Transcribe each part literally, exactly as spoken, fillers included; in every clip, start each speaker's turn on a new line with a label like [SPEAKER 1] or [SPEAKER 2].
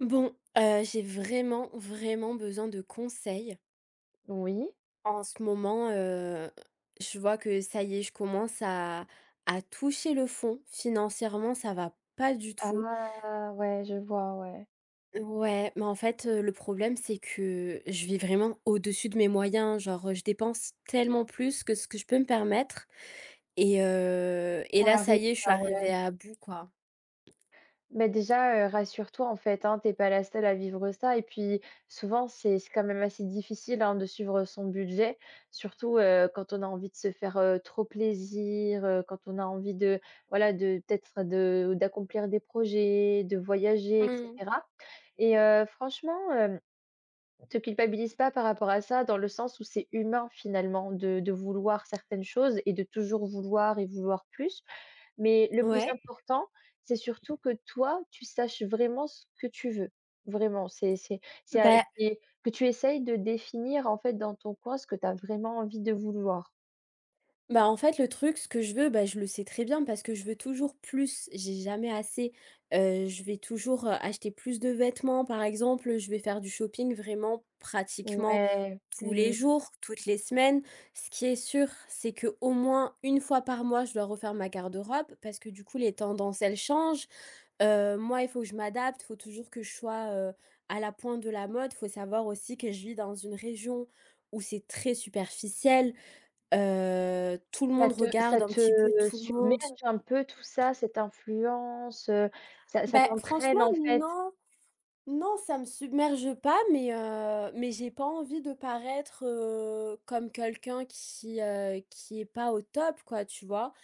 [SPEAKER 1] Bon, heu, j'ai vraiment, vraiment besoin de conseils.
[SPEAKER 2] Oui.
[SPEAKER 1] En ce moment, heu, je vois que ça y est, je commence à à toucher le fond. Financièrement, ça va pas du tout.
[SPEAKER 2] Ah ouais, je vois, ouais.
[SPEAKER 1] Ouais, mais en fait, heu, le problème, c'est que je vis vraiment au-dessus de mes moyens. Genre, heu, je dépense tellement plus que ce que je peux me permettre et heu et
[SPEAKER 2] Ça
[SPEAKER 1] là, ça
[SPEAKER 2] arrive,
[SPEAKER 1] y est, je suis
[SPEAKER 2] ça,
[SPEAKER 1] arrivée
[SPEAKER 2] ouais.
[SPEAKER 1] à bout, quoi.
[SPEAKER 2] Mais déjà, heu, rassure-toi, en fait, hein, t'es pas la seule à vivre ça et puis souvent, c'est c'est quand même assez difficile, hein, de suivre son budget, surtout, heu, quand on a envie de se faire, heu, trop plaisir, heu, quand on a envie de voilà, de peut-être de d'accomplir des projets, de voyager et
[SPEAKER 1] Mmh.
[SPEAKER 2] cetera et heu, franchement, hem te culpabilise pas par rapport à ça, dans le sens où c'est humain finalement de de vouloir certaines choses et de toujours vouloir et vouloir plus. Mais le plus
[SPEAKER 1] Ouais,
[SPEAKER 2] important, c'est surtout que toi, tu saches vraiment ce que tu veux. Vraiment, c'est c'est c'est à
[SPEAKER 1] bah,
[SPEAKER 2] c'est que tu essayes de définir en fait dans ton coin ce que tu as vraiment envie de vouloir.
[SPEAKER 1] Bah, en fait, le truc, ce que je veux, bah, je le sais très bien parce que je veux toujours plus, j'ai jamais assez. Heu, je vais toujours, heu, acheter plus de vêtements, par exemple, je vais faire du shopping vraiment pratiquement
[SPEAKER 2] Ouais,
[SPEAKER 1] tous les
[SPEAKER 2] mmh,
[SPEAKER 1] jours, toutes les semaines. Ce qui est sûr, c'est que au moins une fois par mois, je dois refaire ma garde-robe parce que, du coup, les tendances, elles changent. Heu, moi, il faut que je m'adapte, il faut toujours que je sois, heu, à la pointe de la mode. Faut savoir aussi que je vis dans une région où c'est très superficiel. Heu, tout le
[SPEAKER 2] ça
[SPEAKER 1] monde
[SPEAKER 2] te ça
[SPEAKER 1] regarde un
[SPEAKER 2] te
[SPEAKER 1] petit peu tout le monde.
[SPEAKER 2] submerge un peu tout ça, cette influence, heu, ça ça
[SPEAKER 1] Bah, franchement
[SPEAKER 2] t'entraîne en fait.
[SPEAKER 1] non, non, ça me submerge pas, mais heu, mais j'ai pas envie de paraître, heu, comme quelqu'un qui, heu, qui est pas au top quoi, tu vois?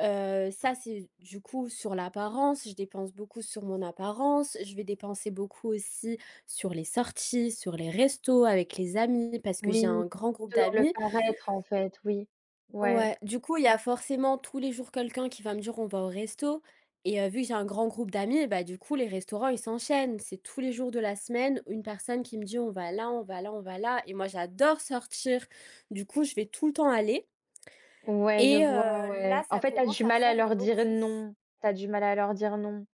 [SPEAKER 1] Heu, ça c'est du coup sur l'apparence, je dépense beaucoup sur mon apparence, je vais dépenser beaucoup aussi sur les sorties, sur les restos avec les amis parce que
[SPEAKER 2] Oui,
[SPEAKER 1] j'ai un grand groupe
[SPEAKER 2] plutôt dans le
[SPEAKER 1] d'amis.
[SPEAKER 2] paraître, en fait, oui. Ouais,
[SPEAKER 1] Ouais, du coup, il y a forcément tous les jours quelqu'un qui va me dire: «On va au resto» et heu, vu que j'ai un grand groupe d'amis, bah, du coup, les restaurants, ils s'enchaînent. C'est tous les jours de la semaine, une personne qui me dit: «On va là, on va là, on va là» et moi, j'adore sortir. Du coup, je vais tout le temps aller
[SPEAKER 2] ouais, je
[SPEAKER 1] et
[SPEAKER 2] vois,
[SPEAKER 1] heu, là,
[SPEAKER 2] ouais. En
[SPEAKER 1] ça
[SPEAKER 2] fait, t'as
[SPEAKER 1] commence
[SPEAKER 2] du
[SPEAKER 1] à
[SPEAKER 2] mal à
[SPEAKER 1] faire
[SPEAKER 2] leur dire
[SPEAKER 1] beaucoup.
[SPEAKER 2] non. T'as du mal à leur dire non.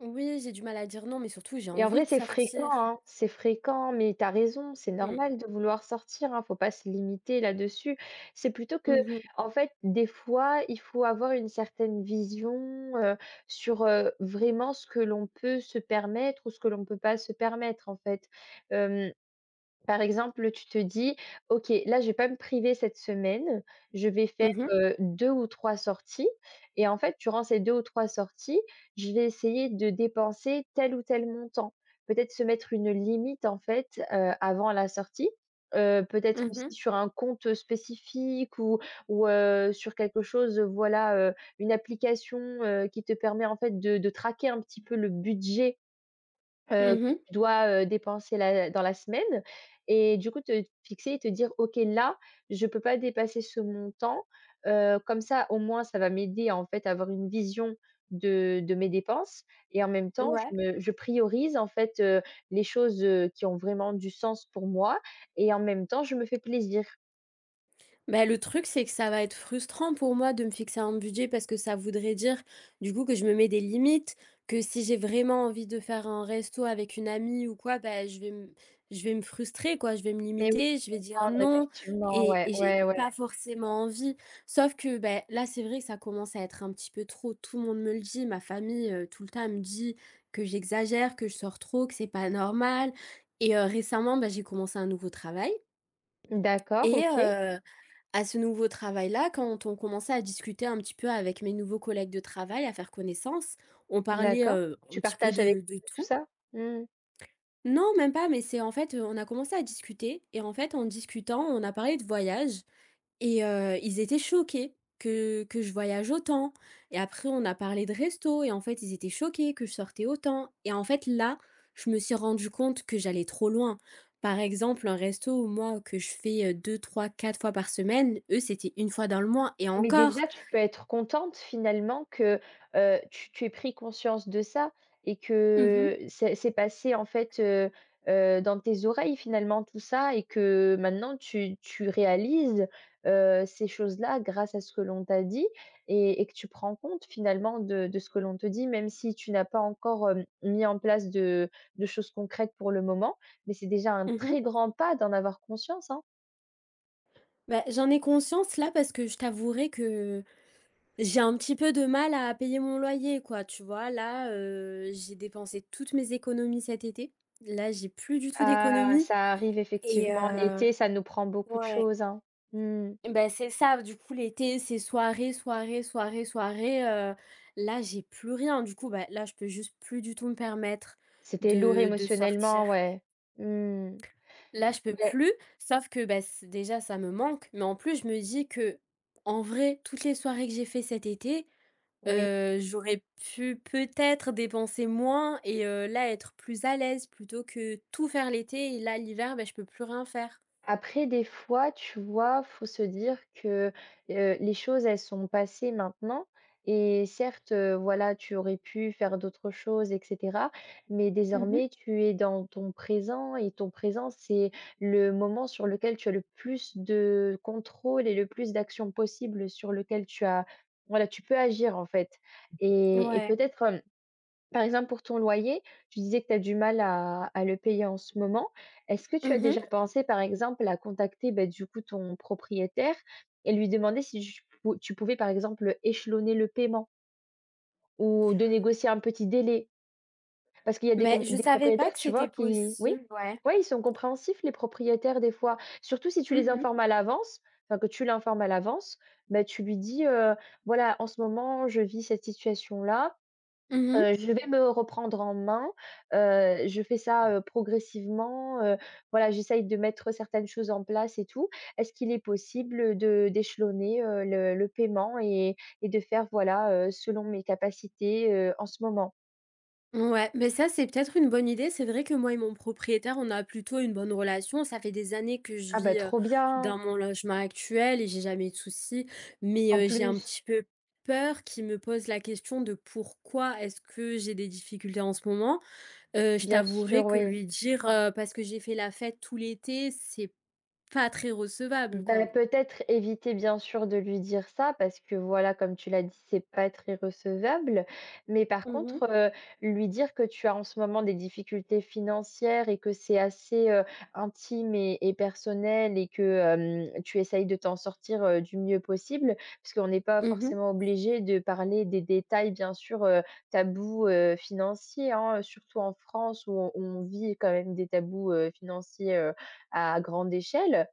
[SPEAKER 1] Oui, j'ai du mal à dire non, mais surtout, j'ai
[SPEAKER 2] Et en
[SPEAKER 1] envie
[SPEAKER 2] vrai,
[SPEAKER 1] de
[SPEAKER 2] c'est fréquent,
[SPEAKER 1] sortir.
[SPEAKER 2] hein, c'est fréquent, mais t'as raison, c'est
[SPEAKER 1] Mmh.
[SPEAKER 2] normal de vouloir sortir, hein, faut pas se limiter là-dessus. C'est plutôt que,
[SPEAKER 1] Mhm,
[SPEAKER 2] en fait, des fois, il faut avoir une certaine vision, heu, sur, heu, vraiment ce que l'on peut se permettre ou ce que l'on peut pas se permettre, en fait. Hem Par exemple, tu te dis: «OK, là, je vais pas me priver cette semaine, je vais faire,
[SPEAKER 1] mhm,
[SPEAKER 2] heu, deux ou trois sorties» et en fait, durant ces deux ou trois sorties, je vais essayer de dépenser tel ou tel montant. Peut-être se mettre une limite, en fait, heu, avant la sortie, heu, peut-être
[SPEAKER 1] mhm,
[SPEAKER 2] aussi
[SPEAKER 1] mh.
[SPEAKER 2] sur un compte spécifique ou ou heu, sur quelque chose, heu, voilà, heu, une application, heu, qui te permet, en fait, de de traquer un petit peu le budget Heu, que
[SPEAKER 1] Mmh, mmh.
[SPEAKER 2] tu dois, heu, dépenser la dans la semaine et du coup te fixer et te dire: «OK, là, je ne peux pas dépasser ce montant», heu, comme ça au moins ça va m'aider en fait à avoir une vision de de mes dépenses et en même temps je
[SPEAKER 1] Ouais.
[SPEAKER 2] me je priorise en fait, heu, les choses heu, qui ont vraiment du sens pour moi et en même temps je me fais plaisir.
[SPEAKER 1] Bah, le truc, c'est que ça va être frustrant pour moi de me fixer un budget parce que ça voudrait dire, du coup, que je me mets des limites, que si j'ai vraiment envie de faire un resto avec une amie ou quoi, bah, je vais me, je vais me frustrer, quoi. Je vais me
[SPEAKER 2] Et oui,
[SPEAKER 1] limiter, je vais dire
[SPEAKER 2] comprendre
[SPEAKER 1] non
[SPEAKER 2] effectivement,
[SPEAKER 1] et,
[SPEAKER 2] ouais,
[SPEAKER 1] et j'ai
[SPEAKER 2] ouais, ouais.
[SPEAKER 1] pas forcément envie. Sauf que bah, là, c'est vrai que ça commence à être un petit peu trop. Tout le monde me le dit, ma famille, euh, tout le temps, elle me dit que j'exagère, que je sors trop, que c'est pas normal. Et euh, récemment, bah, j'ai commencé un nouveau travail
[SPEAKER 2] D'accord,
[SPEAKER 1] et...
[SPEAKER 2] OK,
[SPEAKER 1] euh, à ce nouveau travail-là, quand on commençait à discuter un petit peu avec mes nouveaux collègues de travail, à faire connaissance, on parlait,
[SPEAKER 2] d'accord.
[SPEAKER 1] heu, un
[SPEAKER 2] Tu
[SPEAKER 1] petit peu
[SPEAKER 2] partages avec
[SPEAKER 1] de de
[SPEAKER 2] tout
[SPEAKER 1] tout.
[SPEAKER 2] ça? Mmh.
[SPEAKER 1] Non, même pas, mais c'est en fait, heu, on a commencé à discuter et en fait, en discutant, on a parlé de voyage et heu, ils étaient choqués que que je voyage autant et après on a parlé de resto et en fait, ils étaient choqués que je sortais autant et en fait, là, je me suis rendu compte que j'allais trop loin. Par exemple, un resto, moi, que je fais, heu, deux trois-quatre fois par semaine, eux, c'était une fois dans le mois et
[SPEAKER 2] Mais
[SPEAKER 1] encore.
[SPEAKER 2] déjà, tu peux être contente finalement que, heu, tu tu aies pris conscience de ça et
[SPEAKER 1] Mmh, mh.
[SPEAKER 2] que c'est c'est passé en fait, heu heu, dans tes oreilles finalement tout ça et que maintenant tu tu réalises, heu, ces choses-là grâce à ce que l'on t'a dit et et que tu prends compte finalement de de ce que l'on te dit, même si tu n'as pas encore, hem, mis en place de de choses concrètes pour le moment. Mais c'est déjà un
[SPEAKER 1] Mmh.
[SPEAKER 2] très grand pas d'en avoir conscience, hein.
[SPEAKER 1] Bah, j'en ai conscience là parce que je t'avouerai que j'ai un petit peu de mal à payer mon loyer, quoi, tu vois? Là, heu, j'ai dépensé toutes mes économies cet été. Là, j'ai plus du tout
[SPEAKER 2] Ah,
[SPEAKER 1] d'économies.
[SPEAKER 2] ça arrive
[SPEAKER 1] Et
[SPEAKER 2] effectivement,
[SPEAKER 1] heu,
[SPEAKER 2] l'été, ça nous prend beaucoup de
[SPEAKER 1] ouais,
[SPEAKER 2] choses, hein. Mmh.
[SPEAKER 1] ben c'est ça, du coup, l'été, c'est soirée, soirée, soirée, soirée, heu, là, j'ai plus rien. Du coup, bah, là, je peux juste plus du tout me permettre
[SPEAKER 2] C'était lourd
[SPEAKER 1] de de sortir.
[SPEAKER 2] émotionnellement, ouais. Mmh.
[SPEAKER 1] Là, je peux
[SPEAKER 2] Mais
[SPEAKER 1] plus, sauf que, bah, c déjà, ça me manque, mais en plus, je me dis que en vrai, toutes les soirées que j'ai fait cet été,
[SPEAKER 2] oui.
[SPEAKER 1] heu, j'aurais pu peut-être dépenser moins et heu, là, être plus à l'aise plutôt que tout faire l'été et là, l'hiver, bah, je peux plus rien faire.
[SPEAKER 2] Après des fois, tu vois, faut se dire que, heu, les choses, elles sont passées maintenant et certes, heu, voilà, tu aurais pu faire d'autres choses et cetera, mais
[SPEAKER 1] Mmh.
[SPEAKER 2] désormais, tu es dans ton présent et ton présent, c'est le moment sur lequel tu as le plus de contrôle et le plus d'actions possibles sur lequel tu as voilà, tu peux agir, en fait et et
[SPEAKER 1] Ouais.
[SPEAKER 2] peut-être, par exemple, pour ton loyer, tu disais que tu as du mal à à le payer en ce moment. Est-ce que tu as
[SPEAKER 1] Mmh.
[SPEAKER 2] déjà pensé, par exemple, à contacter, bah, du coup, ton propriétaire et lui demander si tu pou tu pouvais, par exemple, échelonner le paiement ou de négocier un petit délai? Parce qu'il y a des com
[SPEAKER 1] Ben je
[SPEAKER 2] des
[SPEAKER 1] savais pas
[SPEAKER 2] propriétaires,
[SPEAKER 1] que
[SPEAKER 2] tu vois,
[SPEAKER 1] c'était
[SPEAKER 2] qui oui?
[SPEAKER 1] possible, ouais.
[SPEAKER 2] Ouais, ils sont compréhensifs les propriétaires des fois. Surtout si tu les
[SPEAKER 1] Mmh, mh.
[SPEAKER 2] informes à l'avance, enfin, que tu l'informes à l'avance, ben tu lui dis, heu: «Voilà, en ce moment, je vis cette situation-là,
[SPEAKER 1] Mmh, mh.
[SPEAKER 2] Heu, je vais me reprendre en main, heu, je fais ça, heu, progressivement, heu, voilà, j'essaye de mettre certaines choses en place et tout. Est-ce qu'il est possible de d'échelonner, heu, le le paiement et et de faire, voilà, heu, selon mes capacités, heu, en ce moment?
[SPEAKER 1] Ouais, mais ça, c'est peut-être une bonne idée. C'est vrai que moi et mon propriétaire, on a plutôt une bonne relation. Ça fait des années que je
[SPEAKER 2] Ah bah,
[SPEAKER 1] vis, heu,
[SPEAKER 2] trop bien!
[SPEAKER 1] dans mon logement actuel et j'ai jamais de soucis. Mais,
[SPEAKER 2] En
[SPEAKER 1] heu, j'ai un petit
[SPEAKER 2] plus,
[SPEAKER 1] peu peur qu'il me pose la question de pourquoi est-ce que j'ai des difficultés en ce moment. Heu, je
[SPEAKER 2] bien sûr,
[SPEAKER 1] t'avouerai que
[SPEAKER 2] oui.
[SPEAKER 1] lui dire, heu: «Parce que j'ai fait la fête tout l'été», c'est pas très recevable,
[SPEAKER 2] Bah,
[SPEAKER 1] quoi.
[SPEAKER 2] peut-être éviter bien sûr de lui dire ça parce que voilà, comme tu l'as dit, c'est pas très recevable. Mais par
[SPEAKER 1] Mmh, mh.
[SPEAKER 2] contre, heu, lui dire que tu as en ce moment des difficultés financières et que c'est assez, heu, intime et et personnel et que, hem, tu essayes de t'en sortir, heu, du mieux possible. Parce qu'on n'est pas
[SPEAKER 1] Mmh, mh.
[SPEAKER 2] forcément obligé de parler des détails bien sûr, heu, tabous, heu, financiers, hein, surtout en France où on on vit quand même des tabous, heu, financiers, heu, à grande échelle.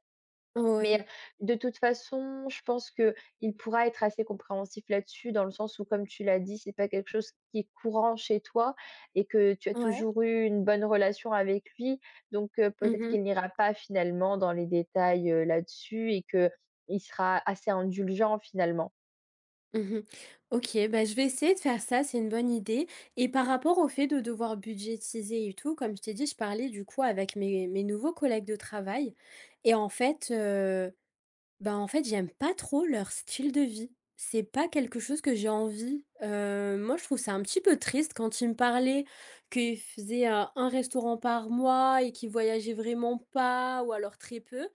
[SPEAKER 2] Mais,
[SPEAKER 1] Oui.
[SPEAKER 2] heu, de toute façon, je pense que il pourra être assez compréhensif là-dessus, dans le sens où, comme tu l'as dit, c'est pas quelque chose qui est courant chez toi et que tu as
[SPEAKER 1] Ouais.
[SPEAKER 2] toujours eu une bonne relation avec lui. Donc, heu, peut-être
[SPEAKER 1] Mmh,
[SPEAKER 2] qu'il n'ira pas finalement dans les détails, heu, là-dessus et que il sera assez indulgent finalement.
[SPEAKER 1] mmh. OK, bah, je vais essayer de faire ça, c'est une bonne idée et par rapport au fait de devoir budgétiser et tout, comme je t'ai dit, je parlais du coup avec mes mes nouveaux collègues de travail et en fait, heu, bah, en fait, j'aime pas trop leur style de vie. C'est pas quelque chose que j'ai envie. Heu, moi, je trouve ça un petit peu triste quand ils me parlaient qu'ils faisaient, heu, un restaurant par mois et qu'ils voyageaient vraiment pas ou alors très peu.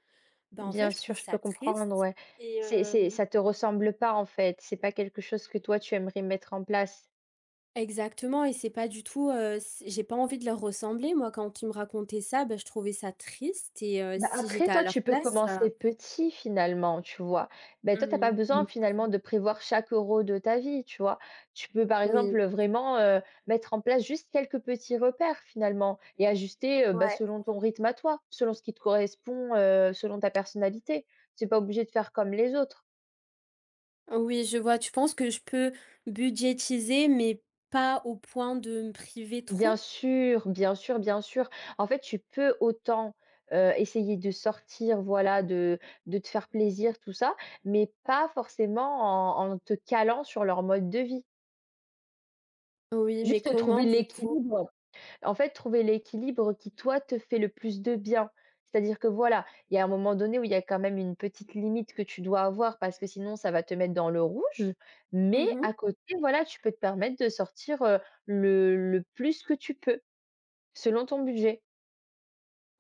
[SPEAKER 1] Bah, en fait,
[SPEAKER 2] Bien
[SPEAKER 1] je
[SPEAKER 2] sûr,
[SPEAKER 1] trouve
[SPEAKER 2] je peux
[SPEAKER 1] ça
[SPEAKER 2] comprendre,
[SPEAKER 1] triste
[SPEAKER 2] ouais.
[SPEAKER 1] et
[SPEAKER 2] C'est c'est ça te ressemble pas en fait, c'est pas quelque chose que toi tu aimerais mettre en place.
[SPEAKER 1] exactement et c'est pas du tout, heu, c j'ai pas envie de leur ressembler. Moi, quand ils me racontaient ça, bah, je trouvais ça triste et heu,
[SPEAKER 2] Bah,
[SPEAKER 1] si
[SPEAKER 2] après,
[SPEAKER 1] j'étais à
[SPEAKER 2] toi,
[SPEAKER 1] leur
[SPEAKER 2] tu peux
[SPEAKER 1] place, heu
[SPEAKER 2] commencer petit finalement, tu vois? Ben toi, t'as pas
[SPEAKER 1] mmh.
[SPEAKER 2] besoin finalement de prévoir chaque euro de ta vie, tu vois? Tu peux, par
[SPEAKER 1] Oui.
[SPEAKER 2] exemple, vraiment, heu, mettre en place juste quelques petits repères finalement et ajuster, heu, bah,
[SPEAKER 1] Ouais.
[SPEAKER 2] selon ton rythme à toi, selon ce qui te correspond, heu, selon ta personnalité. Tu es pas obligé de faire comme les autres.
[SPEAKER 1] Oui, je vois. Tu penses que je peux budgétiser, mais pas au point de me priver
[SPEAKER 2] Bien
[SPEAKER 1] trop?
[SPEAKER 2] sûr, bien sûr, bien sûr. En fait, tu peux autant, heu, essayer de sortir, voilà, de de te faire plaisir, tout ça, mais pas forcément en en te calant sur leur mode de vie.
[SPEAKER 1] Oui, mais
[SPEAKER 2] Juste
[SPEAKER 1] comment
[SPEAKER 2] trouver
[SPEAKER 1] du coup?
[SPEAKER 2] l'équilibre. En fait, trouver l'équilibre qui, toi, te fait le plus de bien. C'est-à-dire que, voilà, il y a un moment donné où il y a quand même une petite limite que tu dois avoir parce que sinon ça va te mettre dans le rouge, mais
[SPEAKER 1] Mmh.
[SPEAKER 2] à côté, voilà, tu peux te permettre de sortir, heu, le le plus que tu peux, selon ton budget.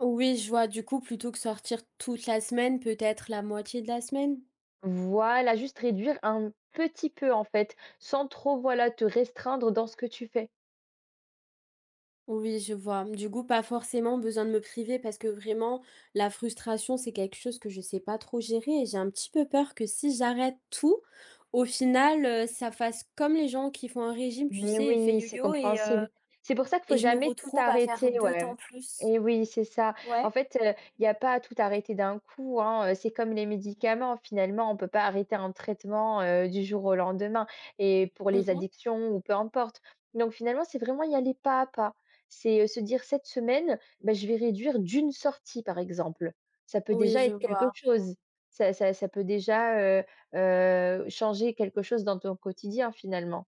[SPEAKER 1] Oui, je vois. Du coup, plutôt que sortir toute la semaine, peut-être la moitié de la semaine?
[SPEAKER 2] Voilà, juste réduire un petit peu en fait, sans trop, voilà, te restreindre dans ce que tu fais.
[SPEAKER 1] Oui, je vois. Du coup, pas forcément besoin de me priver parce que vraiment, la frustration, c'est quelque chose que je sais pas trop gérer et j'ai un petit peu peur que si j'arrête tout, au final, heu, ça fasse comme les gens qui font un régime, tu
[SPEAKER 2] Mais
[SPEAKER 1] sais, effet
[SPEAKER 2] oui, c'est
[SPEAKER 1] yo-yo et
[SPEAKER 2] compréhensible.
[SPEAKER 1] heu
[SPEAKER 2] C'est pour ça qu'il faut
[SPEAKER 1] et je me
[SPEAKER 2] jamais tout
[SPEAKER 1] retrouve à faire
[SPEAKER 2] arrêter,
[SPEAKER 1] deux
[SPEAKER 2] ouais.
[SPEAKER 1] temps plus.
[SPEAKER 2] Et oui, c'est ça. En
[SPEAKER 1] Ouais.
[SPEAKER 2] fait, il y a pas à tout arrêter d'un coup, hein, heu, c'est comme les médicaments finalement, on ne peut pas arrêter un traitement, heu, du jour au lendemain et pour les
[SPEAKER 1] Mhm.
[SPEAKER 2] addictions ou peu importe. Donc finalement, c'est vraiment y aller pas à pas. C'est, heu, se dire: «Cette semaine, bah, je vais réduire d'une sortie», par exemple. Ça peut
[SPEAKER 1] Oui,
[SPEAKER 2] déjà
[SPEAKER 1] je
[SPEAKER 2] être quelque
[SPEAKER 1] vois
[SPEAKER 2] chose. Ça ça ça peut déjà, heu heu, changer quelque chose dans ton quotidien finalement.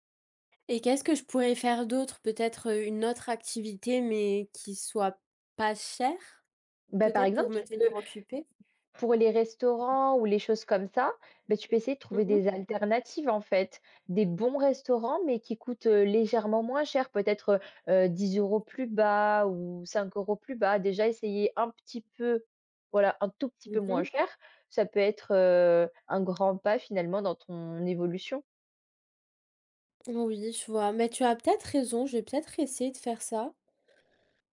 [SPEAKER 1] et qu'est-ce que je pourrais faire d'autre? Peut-être, heu, une autre activité mais qui soit pas chère,
[SPEAKER 2] Bah, par
[SPEAKER 1] peut-être
[SPEAKER 2] exemple,
[SPEAKER 1] pour me
[SPEAKER 2] tu peux
[SPEAKER 1] tenir occupée?
[SPEAKER 2] pour les restaurants ou les choses comme ça, beh, tu peux essayer de trouver
[SPEAKER 1] Mhm.
[SPEAKER 2] des alternatives en fait. Des bons restaurants, mais qui coûtent, heu, légèrement moins cher, peut-être, heu heu, dix plus bas ou cinq euros plus bas. Déjà essayer un petit peu, voilà, un tout petit peu moins
[SPEAKER 1] Mhm.
[SPEAKER 2] cher, ça peut être, heu, un grand pas finalement dans ton évolution.
[SPEAKER 1] Oui, je vois. Mais tu as peut-être raison, je vais peut-être essayer de faire ça.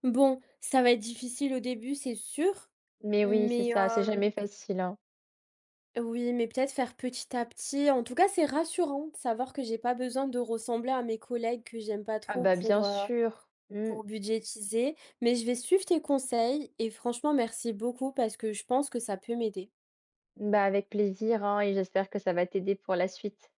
[SPEAKER 1] Bon, ça va être difficile au début, c'est sûr,
[SPEAKER 2] Mais oui, c'est
[SPEAKER 1] mais
[SPEAKER 2] ça, c'est
[SPEAKER 1] euh,
[SPEAKER 2] jamais facile, hein.
[SPEAKER 1] oui, mais peut-être faire petit à petit. En tout cas, c'est rassurant de savoir que j'ai pas besoin de ressembler à mes collègues que j'aime pas
[SPEAKER 2] Ah
[SPEAKER 1] trop
[SPEAKER 2] bah, bien
[SPEAKER 1] pour, euh,
[SPEAKER 2] sûr. Mmh.
[SPEAKER 1] pour budgétiser. Mais je vais suivre tes conseils et franchement, merci beaucoup parce que je pense que ça peut m'aider.
[SPEAKER 2] Bah, avec plaisir, hein et j'espère que ça va t'aider pour la suite.